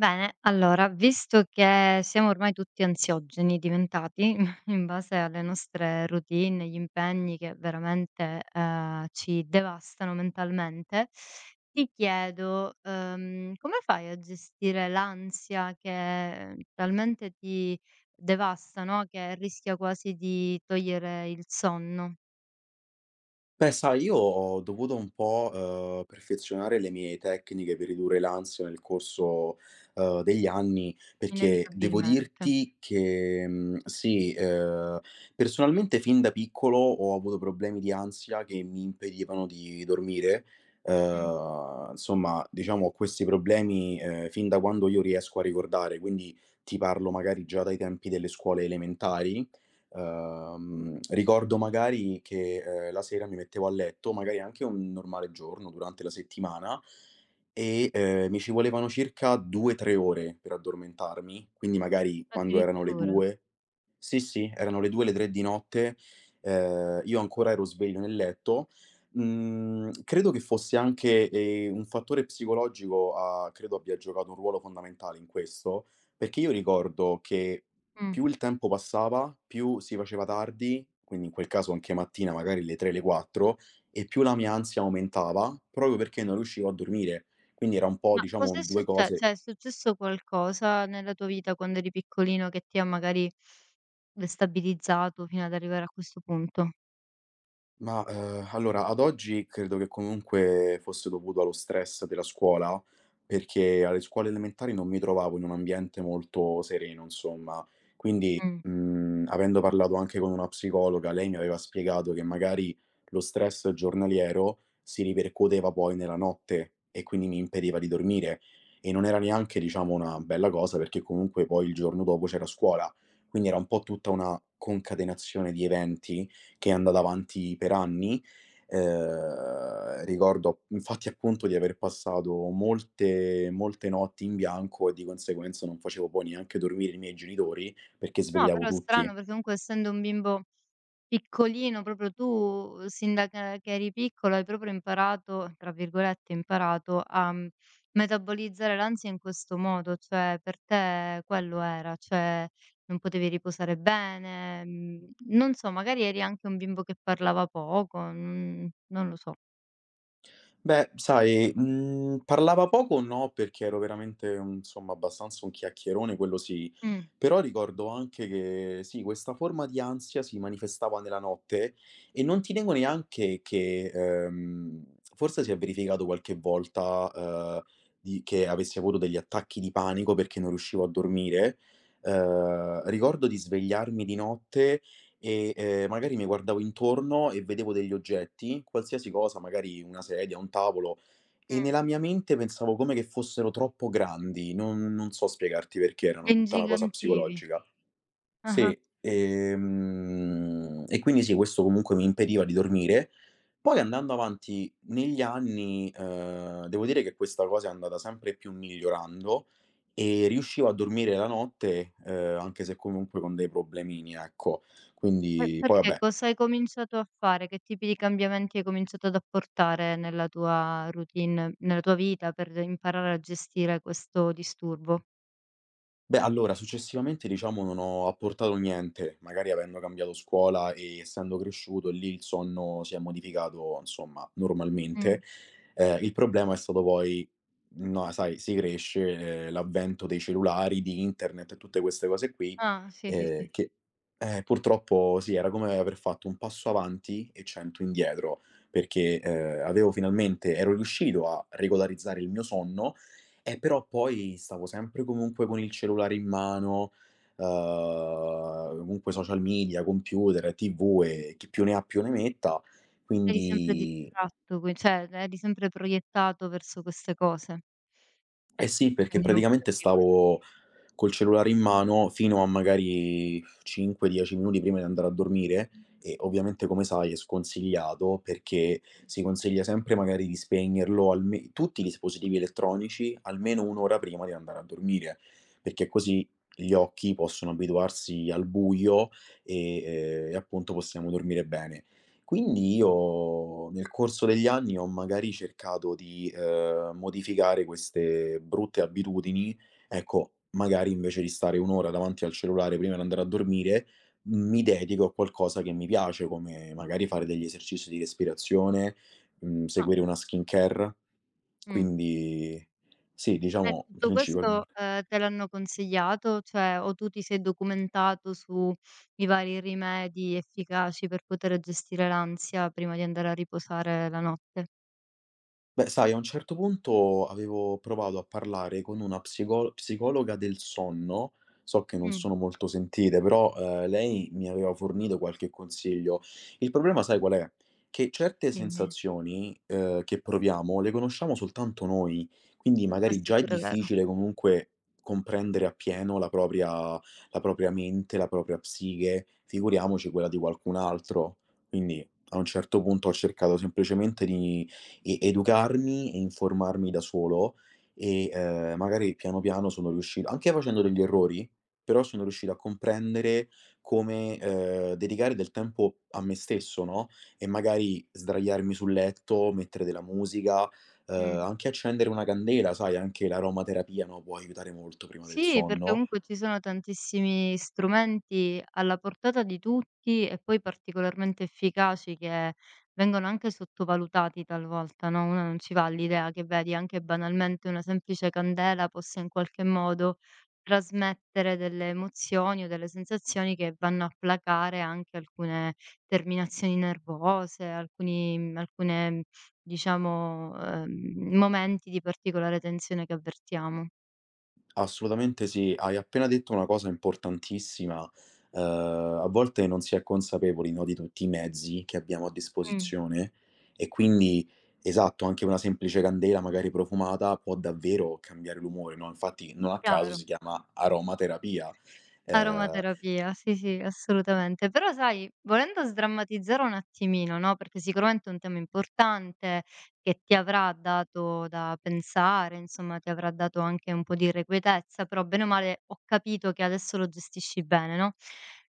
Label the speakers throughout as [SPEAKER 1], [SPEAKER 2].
[SPEAKER 1] Bene, allora, visto che siamo ormai tutti ansiogeni diventati in base alle nostre routine, gli impegni che veramente ci devastano mentalmente, ti chiedo come fai a gestire l'ansia che talmente ti devasta, no? Che rischia quasi di togliere il sonno,
[SPEAKER 2] Beh, sai, io ho dovuto un po', perfezionare le mie tecniche per ridurre l'ansia nel corso, degli anni, perché devo
[SPEAKER 1] inevitabilmente.
[SPEAKER 2] dirti che, sì, personalmente fin da piccolo ho avuto problemi di ansia che mi impedivano di dormire.
[SPEAKER 1] Mm.
[SPEAKER 2] Insomma, diciamo ho questi problemi, fin da quando io riesco a ricordare, quindi ti parlo magari già dai tempi delle scuole elementari. Ricordo magari che, la sera mi mettevo a letto, magari anche un normale giorno durante la settimana e, mi ci volevano circa 2, 3 ore per addormentarmi, quindi magari quando erano le
[SPEAKER 1] Addirittura.
[SPEAKER 2] 2, sì, sì, erano le 2, le 3 di notte, io ancora ero sveglio nel letto. Credo che fosse anche, un fattore psicologico a credo abbia giocato un ruolo fondamentale in questo, perché io ricordo che
[SPEAKER 1] Mm.
[SPEAKER 2] più il tempo passava, più si faceva tardi, quindi in quel caso anche mattina, magari le 3, le 4, e più la mia ansia aumentava, proprio perché non riuscivo a dormire. Quindi era un po',
[SPEAKER 1] Ma
[SPEAKER 2] diciamo,
[SPEAKER 1] cos'è
[SPEAKER 2] 2
[SPEAKER 1] succe
[SPEAKER 2] cose.
[SPEAKER 1] cioè è successo qualcosa nella tua vita quando eri piccolino che ti ha magari destabilizzato fino ad arrivare a questo punto?
[SPEAKER 2] Ma, allora ad oggi credo che comunque fosse dovuto allo stress della scuola, perché alle scuole elementari non mi trovavo in un ambiente molto sereno, insomma. Quindi,
[SPEAKER 1] Mh.
[SPEAKER 2] avendo parlato anche con una psicologa, lei mi aveva spiegato che magari lo stress giornaliero si ripercuoteva poi nella notte e quindi mi impediva di dormire e non era neanche, diciamo, una bella cosa perché comunque poi il giorno dopo c'era scuola. Quindi era un po' tutta una concatenazione di eventi che è andata avanti per anni. Ricordo infatti appunto di aver passato molte molte notti in bianco e di conseguenza non facevo poi neanche dormire i miei genitori, perché
[SPEAKER 1] No,
[SPEAKER 2] svegliavo
[SPEAKER 1] però è
[SPEAKER 2] tutti.
[SPEAKER 1] strano perché comunque essendo un bimbo piccolino, proprio tu sin da che eri piccolo hai proprio imparato, tra virgolette, "imparato" a, metabolizzare l'ansia in questo modo, cioè per te quello era, cioè non potevi riposare bene, non so, magari eri anche un bimbo che parlava poco, non lo so.
[SPEAKER 2] Beh, sai, parlava poco no, perché ero veramente un insomma abbastanza un chiacchierone, quello sì.
[SPEAKER 1] Mh,
[SPEAKER 2] Però ricordo anche che sì, questa forma di ansia si manifestava nella notte e non ti nego neanche che, forse si è verificato qualche volta, di che avessi avuto degli attacchi di panico perché non riuscivo a dormire. Ricordo di svegliarmi di notte e, magari mi guardavo intorno e vedevo degli oggetti, qualsiasi cosa, magari una sedia, un tavolo, e
[SPEAKER 1] mh,
[SPEAKER 2] nella mia mente pensavo come che fossero troppo grandi, non so spiegarti perché,
[SPEAKER 1] vi
[SPEAKER 2] erano tutta una cosa
[SPEAKER 1] ingigantivi.
[SPEAKER 2] psicologica.
[SPEAKER 1] Ah-ah.
[SPEAKER 2] Sì, e quindi sì, questo comunque mi impediva di dormire. Poi andando avanti negli anni, devo dire che questa cosa è andata sempre più migliorando e riuscivo a dormire la notte, anche se comunque con dei problemini, ecco.
[SPEAKER 1] E
[SPEAKER 2] Quindi poi
[SPEAKER 1] perché?
[SPEAKER 2] vabbè.
[SPEAKER 1] Cosa hai cominciato a fare? Che tipi di cambiamenti hai cominciato ad apportare nella tua routine, nella tua vita per imparare a gestire questo disturbo?
[SPEAKER 2] Beh, allora successivamente diciamo non ho apportato niente, magari avendo cambiato scuola e essendo cresciuto lì il sonno si è modificato, insomma,
[SPEAKER 1] Mh.
[SPEAKER 2] normalmente. Il problema è stato poi no, sai si cresce, l'avvento dei cellulari, di internet e tutte queste cose qui,
[SPEAKER 1] Ah, sì, sì, sì.
[SPEAKER 2] che purtroppo sì, era come aver fatto un passo avanti e 100 indietro, perché, avevo finalmente ero riuscito a regolarizzare il mio sonno, però poi stavo sempre comunque con il cellulare in mano, comunque social media, computer e TV e chi più ne ha più ne metta.
[SPEAKER 1] Eri sempre
[SPEAKER 2] Quindi
[SPEAKER 1] distratto, qui cioè eri sempre proiettato verso queste cose,
[SPEAKER 2] eh sì, perché
[SPEAKER 1] quindi non
[SPEAKER 2] praticamente
[SPEAKER 1] potevi riposarti.
[SPEAKER 2] stavo col cellulare in mano fino a magari 5, 10 minuti prima di andare a dormire e ovviamente come sai è sconsigliato perché si consiglia sempre magari di spegnerlo alme tutti i dispositivi elettronici almeno 1 ora prima di andare a dormire, perché così gli occhi possono abituarsi al buio e appunto possiamo dormire bene. Quindi io nel corso degli anni ho magari cercato di, modificare queste brutte abitudini. Ecco, magari invece di stare 1 ora davanti al cellulare prima di andare a dormire, mi dedico a qualcosa che mi piace, come magari fare degli esercizi di respirazione,
[SPEAKER 1] No.
[SPEAKER 2] seguire una skincare.
[SPEAKER 1] Mh.
[SPEAKER 2] Quindi sì,
[SPEAKER 1] E
[SPEAKER 2] diciamo.
[SPEAKER 1] tutto
[SPEAKER 2] Principalmen
[SPEAKER 1] questo, te l'hanno consigliato? Cioè, o tu ti sei documentato sui vari rimedi efficaci per poter gestire l'ansia prima di andare a riposare la notte?
[SPEAKER 2] Beh, sai, a un certo punto avevo provato a parlare con una psicologa del sonno. So che non
[SPEAKER 1] Mh,
[SPEAKER 2] sono molto sentite, però lei mi aveva fornito qualche consiglio. Il problema, sai qual è? Che certe
[SPEAKER 1] dimmi.
[SPEAKER 2] sensazioni che proviamo le conosciamo soltanto noi, quindi
[SPEAKER 1] E
[SPEAKER 2] magari
[SPEAKER 1] questo è
[SPEAKER 2] già è
[SPEAKER 1] pure vero.
[SPEAKER 2] difficile comunque comprendere appieno la propria mente, la propria psiche, figuriamoci quella di qualcun altro. Quindi a un certo punto ho cercato semplicemente di e educarmi e informarmi da solo e, magari piano piano sono riuscito anche facendo degli errori, però sono riuscito a comprendere come, dedicare del tempo a me stesso, no, e magari sdraiarmi sul letto, mettere della musica, ehm,
[SPEAKER 1] Mh.
[SPEAKER 2] anche accendere una candela, sai, anche l'aromaterapia, no, può aiutare molto prima del
[SPEAKER 1] Sì, perché
[SPEAKER 2] sonno.
[SPEAKER 1] comunque ci sono tantissimi strumenti alla portata di tutti e poi particolarmente efficaci che vengono anche sottovalutati talvolta, no, uno non ci va all'idea che vedi anche banalmente una semplice candela possa in qualche modo trasmettere delle emozioni o delle sensazioni che vanno a placare anche alcune terminazioni nervose, alcuni alcune diciamo, momenti di particolare tensione che avvertiamo.
[SPEAKER 2] Assolutamente sì, hai appena detto una cosa importantissima. Ehm, A volte non si è consapevoli, no, di tutti i mezzi che abbiamo a
[SPEAKER 1] Mh,
[SPEAKER 2] disposizione e quindi esatto, anche una semplice candela magari profumata può davvero cambiare l'umore, no, infatti non a caso
[SPEAKER 1] chiaro.
[SPEAKER 2] si chiama aromaterapia. Ehm
[SPEAKER 1] Aromaterapia, sì, sì, assolutamente. Però sai, volendo sdrammatizzare un attimino, no, perché sicuramente è un tema importante che ti avrà dato da pensare, insomma, ti avrà dato anche un po' di irrequietezza, però bene o male ho capito che adesso lo gestisci bene, no?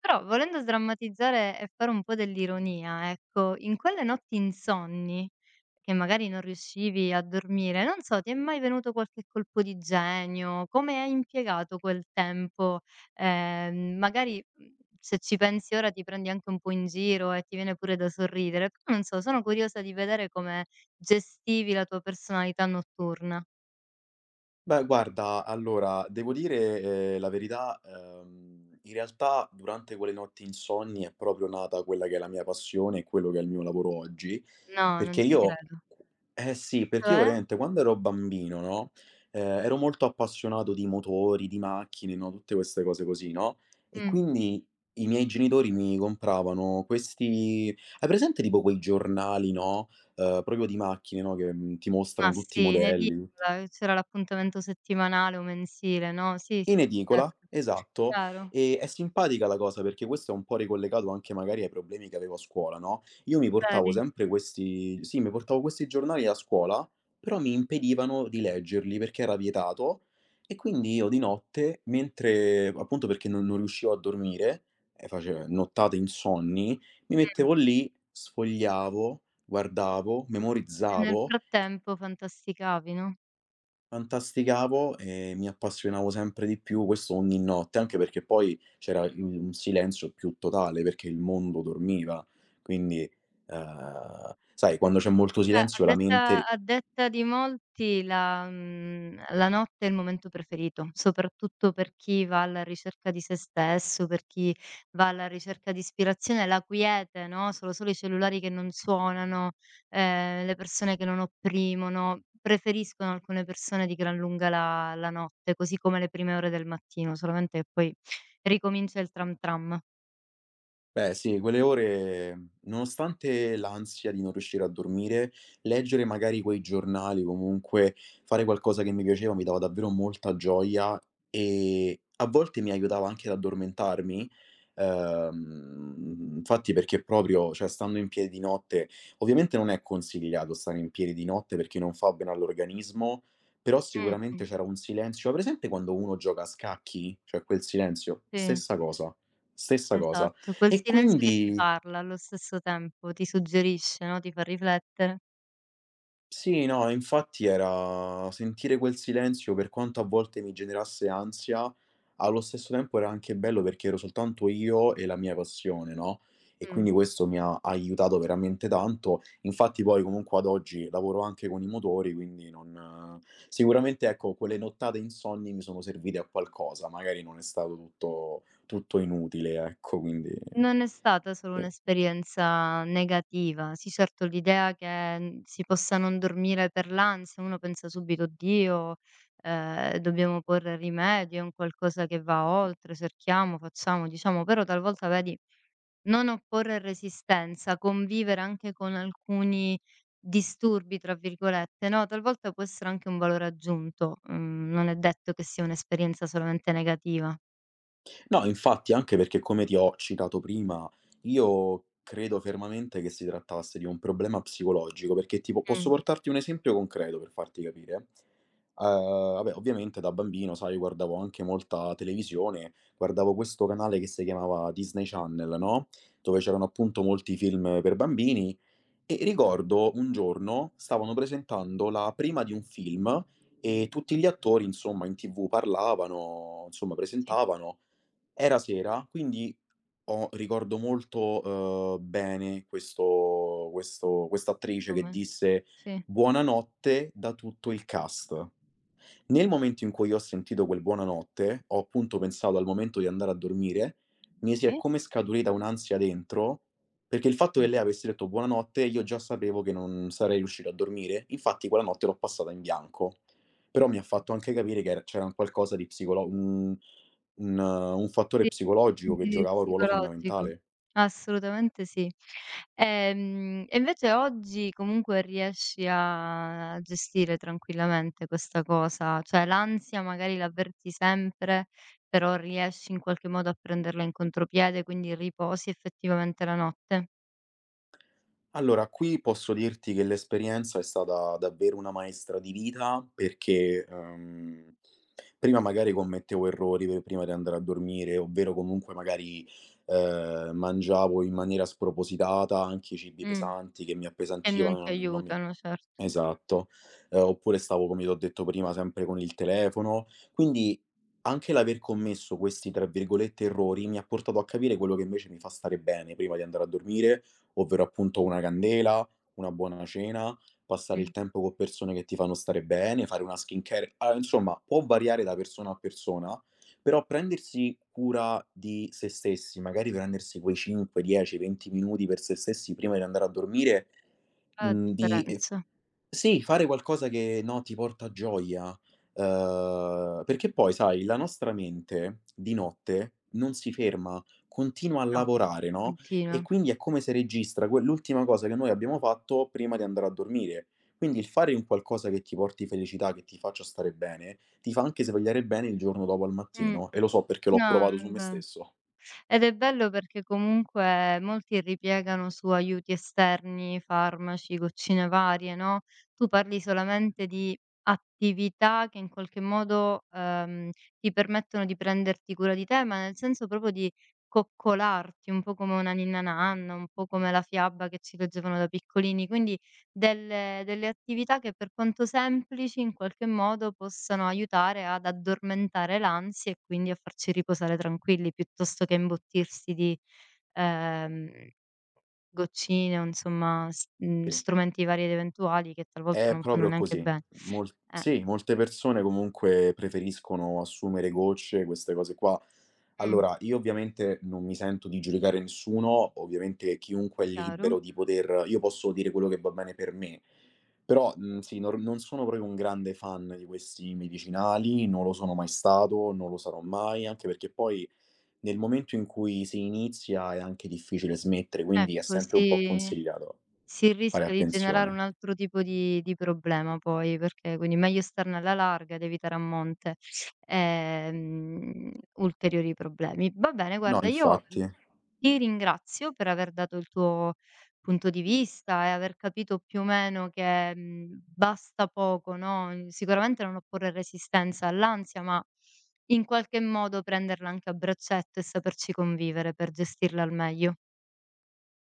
[SPEAKER 1] Però volendo sdrammatizzare e fare un po' dell'ironia, ecco, in quelle notti insonni che magari non riuscivi a dormire, non so, ti è mai venuto qualche colpo di genio? Come hai impiegato quel tempo? Magari, se ci pensi ora ti prendi anche un po' in giro e ti viene pure da sorridere, però non so, sono curiosa di vedere come gestivi la tua personalità notturna.
[SPEAKER 2] Beh, guarda, allora, devo dire, la verità, in realtà durante quelle notti insonni è proprio nata quella che è la mia passione e quello che è il mio lavoro oggi,
[SPEAKER 1] No, non
[SPEAKER 2] perché
[SPEAKER 1] ci
[SPEAKER 2] io
[SPEAKER 1] credo.
[SPEAKER 2] eh sì, perché io
[SPEAKER 1] Cioè?
[SPEAKER 2] veramente quando ero bambino, no, ero molto appassionato di motori, di macchine, no, tutte queste cose così, no, e
[SPEAKER 1] Mh.
[SPEAKER 2] quindi i miei genitori mi compravano questi hai presente tipo quei giornali, no, proprio di macchine, no, che, ti mostrano
[SPEAKER 1] Ma
[SPEAKER 2] tutti i
[SPEAKER 1] sì, in
[SPEAKER 2] modelli.
[SPEAKER 1] edicola, c'era l'appuntamento settimanale o mensile, no? Sì, sì,
[SPEAKER 2] In
[SPEAKER 1] sì,
[SPEAKER 2] edicola,
[SPEAKER 1] certo,
[SPEAKER 2] esatto,
[SPEAKER 1] chiaro.
[SPEAKER 2] e è simpatica la cosa perché questo è un po' ricollegato anche magari ai problemi che avevo a scuola, no, io mi portavo
[SPEAKER 1] Vedi?
[SPEAKER 2] sempre questi sì, mi portavo questi giornali a scuola, però mi impedivano di leggerli perché era vietato e quindi io di notte, mentre appunto perché non riuscivo a dormire e face nottate insonni, mi
[SPEAKER 1] Mh.
[SPEAKER 2] mettevo lì, sfogliavo, guardavo,
[SPEAKER 1] E nel
[SPEAKER 2] memorizzavo.
[SPEAKER 1] frattempo fantasticavi, no?
[SPEAKER 2] Fantasticavo e mi appassionavo sempre di più, questo ogni notte, anche perché poi c'era il un silenzio più totale, perché il mondo dormiva. Quindi, sai quando c'è molto
[SPEAKER 1] A
[SPEAKER 2] silenzio la
[SPEAKER 1] detta
[SPEAKER 2] mente.
[SPEAKER 1] a detta di molti la notte è il momento preferito, soprattutto per chi va alla ricerca di sé stesso, per chi va alla ricerca di ispirazione, la quiete, no, sono solo i cellulari che non suonano, le persone che non opprimono. Preferiscono alcune persone di gran lunga la notte, così come le prime ore del mattino, solamente che poi ricomincia il tram tram.
[SPEAKER 2] Beh sì, quelle ore, nonostante l'ansia di non riuscire a dormire, leggere magari quei giornali, comunque fare qualcosa che mi piaceva mi dava davvero molta gioia e a volte mi aiutava anche ad addormentarmi. Infatti perché proprio, cioè stando in piedi di notte, ovviamente non è consigliato stare in piedi di notte perché non fa bene all'organismo, però sicuramente
[SPEAKER 1] Mh-mh,
[SPEAKER 2] c'era un silenzio, hai presente quando uno gioca a scacchi? Cioè quel silenzio,
[SPEAKER 1] sì.
[SPEAKER 2] stessa cosa, stessa cosa.
[SPEAKER 1] Esatto, quel
[SPEAKER 2] E
[SPEAKER 1] silenzio che ti
[SPEAKER 2] quindi
[SPEAKER 1] parla allo stesso tempo, ti suggerisce, no, ti fa riflettere.
[SPEAKER 2] sì, no, infatti era sentire quel silenzio, per quanto a volte mi generasse ansia, allo stesso tempo era anche bello perché ero soltanto io e la mia passione, no, e
[SPEAKER 1] Mh.
[SPEAKER 2] quindi questo mi ha aiutato veramente tanto. Infatti poi comunque ad oggi lavoro anche con i motori, quindi non sicuramente ecco, quelle nottate insonni mi sono servite a qualcosa, magari non è stato tutto tutto inutile, ecco, quindi sì.
[SPEAKER 1] Non è stata solo un'esperienza negativa. Sì, certo l'idea che, si possa non dormire per l'ansia, uno pensa subito: "Oddio, dobbiamo porre rimedio, è un qualcosa che va oltre, cerchiamo, facciamo, diciamo", però talvolta vedi. Non opporre resistenza, convivere anche con alcuni "disturbi" tra virgolette, no, talvolta può essere anche un valore aggiunto, non è detto che sia un'esperienza solamente negativa.
[SPEAKER 2] No, infatti, anche perché come ti ho citato prima, io credo fermamente che si trattasse di un problema psicologico, perché tipo posso
[SPEAKER 1] Mh.
[SPEAKER 2] portarti un esempio concreto per farti capire. Vabbè, ovviamente da bambino, sai, guardavo anche molta televisione, guardavo questo canale che si chiamava Disney Channel, no, dove c'erano appunto molti film per bambini e ricordo un giorno stavano presentando la prima di un film e tutti gli attori, insomma, in TV parlavano, insomma,
[SPEAKER 1] Sì.
[SPEAKER 2] presentavano era sera, quindi ho ricordo molto, bene questo questo quest'attrice che
[SPEAKER 1] Come?
[SPEAKER 2] disse:
[SPEAKER 1] Sì.
[SPEAKER 2] "Buonanotte" da tutto il cast. Nel momento in cui ho sentito quel buonanotte, ho appunto pensato al momento di andare a dormire, mi si è
[SPEAKER 1] E?
[SPEAKER 2] come scaturita un'ansia dentro, perché il fatto che lei avesse detto buonanotte, io già sapevo che non sarei riuscito a dormire, infatti quella notte l'ho passata in bianco. Però mi ha fatto anche capire che era c'era un qualcosa di psicolo mhmm un fattore
[SPEAKER 1] Sì,
[SPEAKER 2] psicologico che
[SPEAKER 1] quindi
[SPEAKER 2] giocava un ruolo
[SPEAKER 1] psicologico.
[SPEAKER 2] fondamentale.
[SPEAKER 1] Assolutamente sì. E invece oggi comunque riesci a gestire tranquillamente questa cosa? Cioè l'ansia magari l'avverti sempre, però riesci in qualche modo a prenderla in contropiede, quindi riposi effettivamente la notte?
[SPEAKER 2] Allora, qui posso dirti che l'esperienza è stata davvero una maestra di vita perché, prima magari commettevo errori per prima di andare a dormire, ovvero comunque magari, mangiavo in maniera spropositata, anche i cibi
[SPEAKER 1] Mh,
[SPEAKER 2] pesanti che mi
[SPEAKER 1] che non
[SPEAKER 2] appesantivano,
[SPEAKER 1] ti
[SPEAKER 2] non mi.
[SPEAKER 1] aiutano, certo.
[SPEAKER 2] Esatto. Oppure stavo, come ti ho detto prima, sempre con il telefono. Quindi anche l'aver commesso questi, tra virgolette, "errori" mi ha portato a capire quello che invece mi fa stare bene prima di andare a dormire, ovvero appunto una candela, una buona cena, passare
[SPEAKER 1] Mh.
[SPEAKER 2] il tempo con persone che ti fanno stare bene, fare una skincare. Ah, insomma, può variare da persona a persona, però prendersi cura di se stessi, magari prendersi quei 5, 10, 20 minuti per se stessi prima di andare a dormire,
[SPEAKER 1] Fa la
[SPEAKER 2] mhmm, di eff
[SPEAKER 1] differenza?
[SPEAKER 2] sì, fare qualcosa che, no, ti porta gioia, perché poi sai la nostra mente di notte non si ferma, continua a
[SPEAKER 1] No,
[SPEAKER 2] lavorare, no, e
[SPEAKER 1] continua.
[SPEAKER 2] quindi è come se registra que l'ultima cosa che noi abbiamo fatto prima di andare a dormire. Quindi il fare un qualcosa che ti porti felicità, che ti faccia stare bene, ti fa anche svegliare bene il giorno dopo al
[SPEAKER 1] Mh,
[SPEAKER 2] mattino e lo so perché l'ho
[SPEAKER 1] no,
[SPEAKER 2] provato su me
[SPEAKER 1] vabbè.
[SPEAKER 2] stesso.
[SPEAKER 1] Ed è bello perché comunque molti ripiegano su aiuti esterni, farmaci, goccine varie, no, tu parli solamente di attività che in qualche modo, ti permettono di prenderti cura di te, ma nel senso proprio di coccolarti, un po' come una ninna nanna, un po' come la fiaba che ci leggevano da piccolini. Quindi delle attività che per quanto semplici, in qualche modo possano aiutare ad addormentare l'ansia e quindi a farci riposare tranquilli, piuttosto che imbottirsi di, ehm, goccine o insomma
[SPEAKER 2] Sì.
[SPEAKER 1] strumenti vari ed eventuali che talvolta
[SPEAKER 2] È
[SPEAKER 1] non fanno
[SPEAKER 2] proprio
[SPEAKER 1] neanche
[SPEAKER 2] così.
[SPEAKER 1] bene.
[SPEAKER 2] Mol
[SPEAKER 1] Eh.
[SPEAKER 2] sì, molte persone comunque preferiscono assumere gocce, queste cose qua.
[SPEAKER 1] Mh,
[SPEAKER 2] Allora, io ovviamente non mi sento di giudicare nessuno, ovviamente chiunque è
[SPEAKER 1] chiaro.
[SPEAKER 2] libero di poter io posso dire quello che va bene per me, però, sì, nor non sono proprio un grande fan di questi medicinali, non lo sono mai stato, non lo sarò mai, anche perché poi nel momento in cui si inizia è anche difficile smettere, quindi è
[SPEAKER 1] Ecco,
[SPEAKER 2] sempre un po'
[SPEAKER 1] sì.
[SPEAKER 2] consigliato
[SPEAKER 1] Si
[SPEAKER 2] fare
[SPEAKER 1] rischia di generare un
[SPEAKER 2] attenzione.
[SPEAKER 1] altro tipo di problema poi, perché quindi meglio starne alla larga ed evitare a monte, ehm, ulteriori problemi. Va bene,
[SPEAKER 2] No,
[SPEAKER 1] guarda, io
[SPEAKER 2] infatti.
[SPEAKER 1] ti ringrazio per aver dato il tuo punto di vista e aver capito più o meno che, basta poco, no, sicuramente non opporre resistenza all'ansia, ma in qualche modo prenderla anche a braccetto e saperci convivere per gestirla al meglio.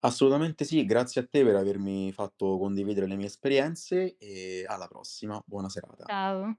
[SPEAKER 2] Assolutamente sì, grazie a te per avermi fatto condividere le mie esperienze e alla prossima. Buona serata.
[SPEAKER 1] Ciao.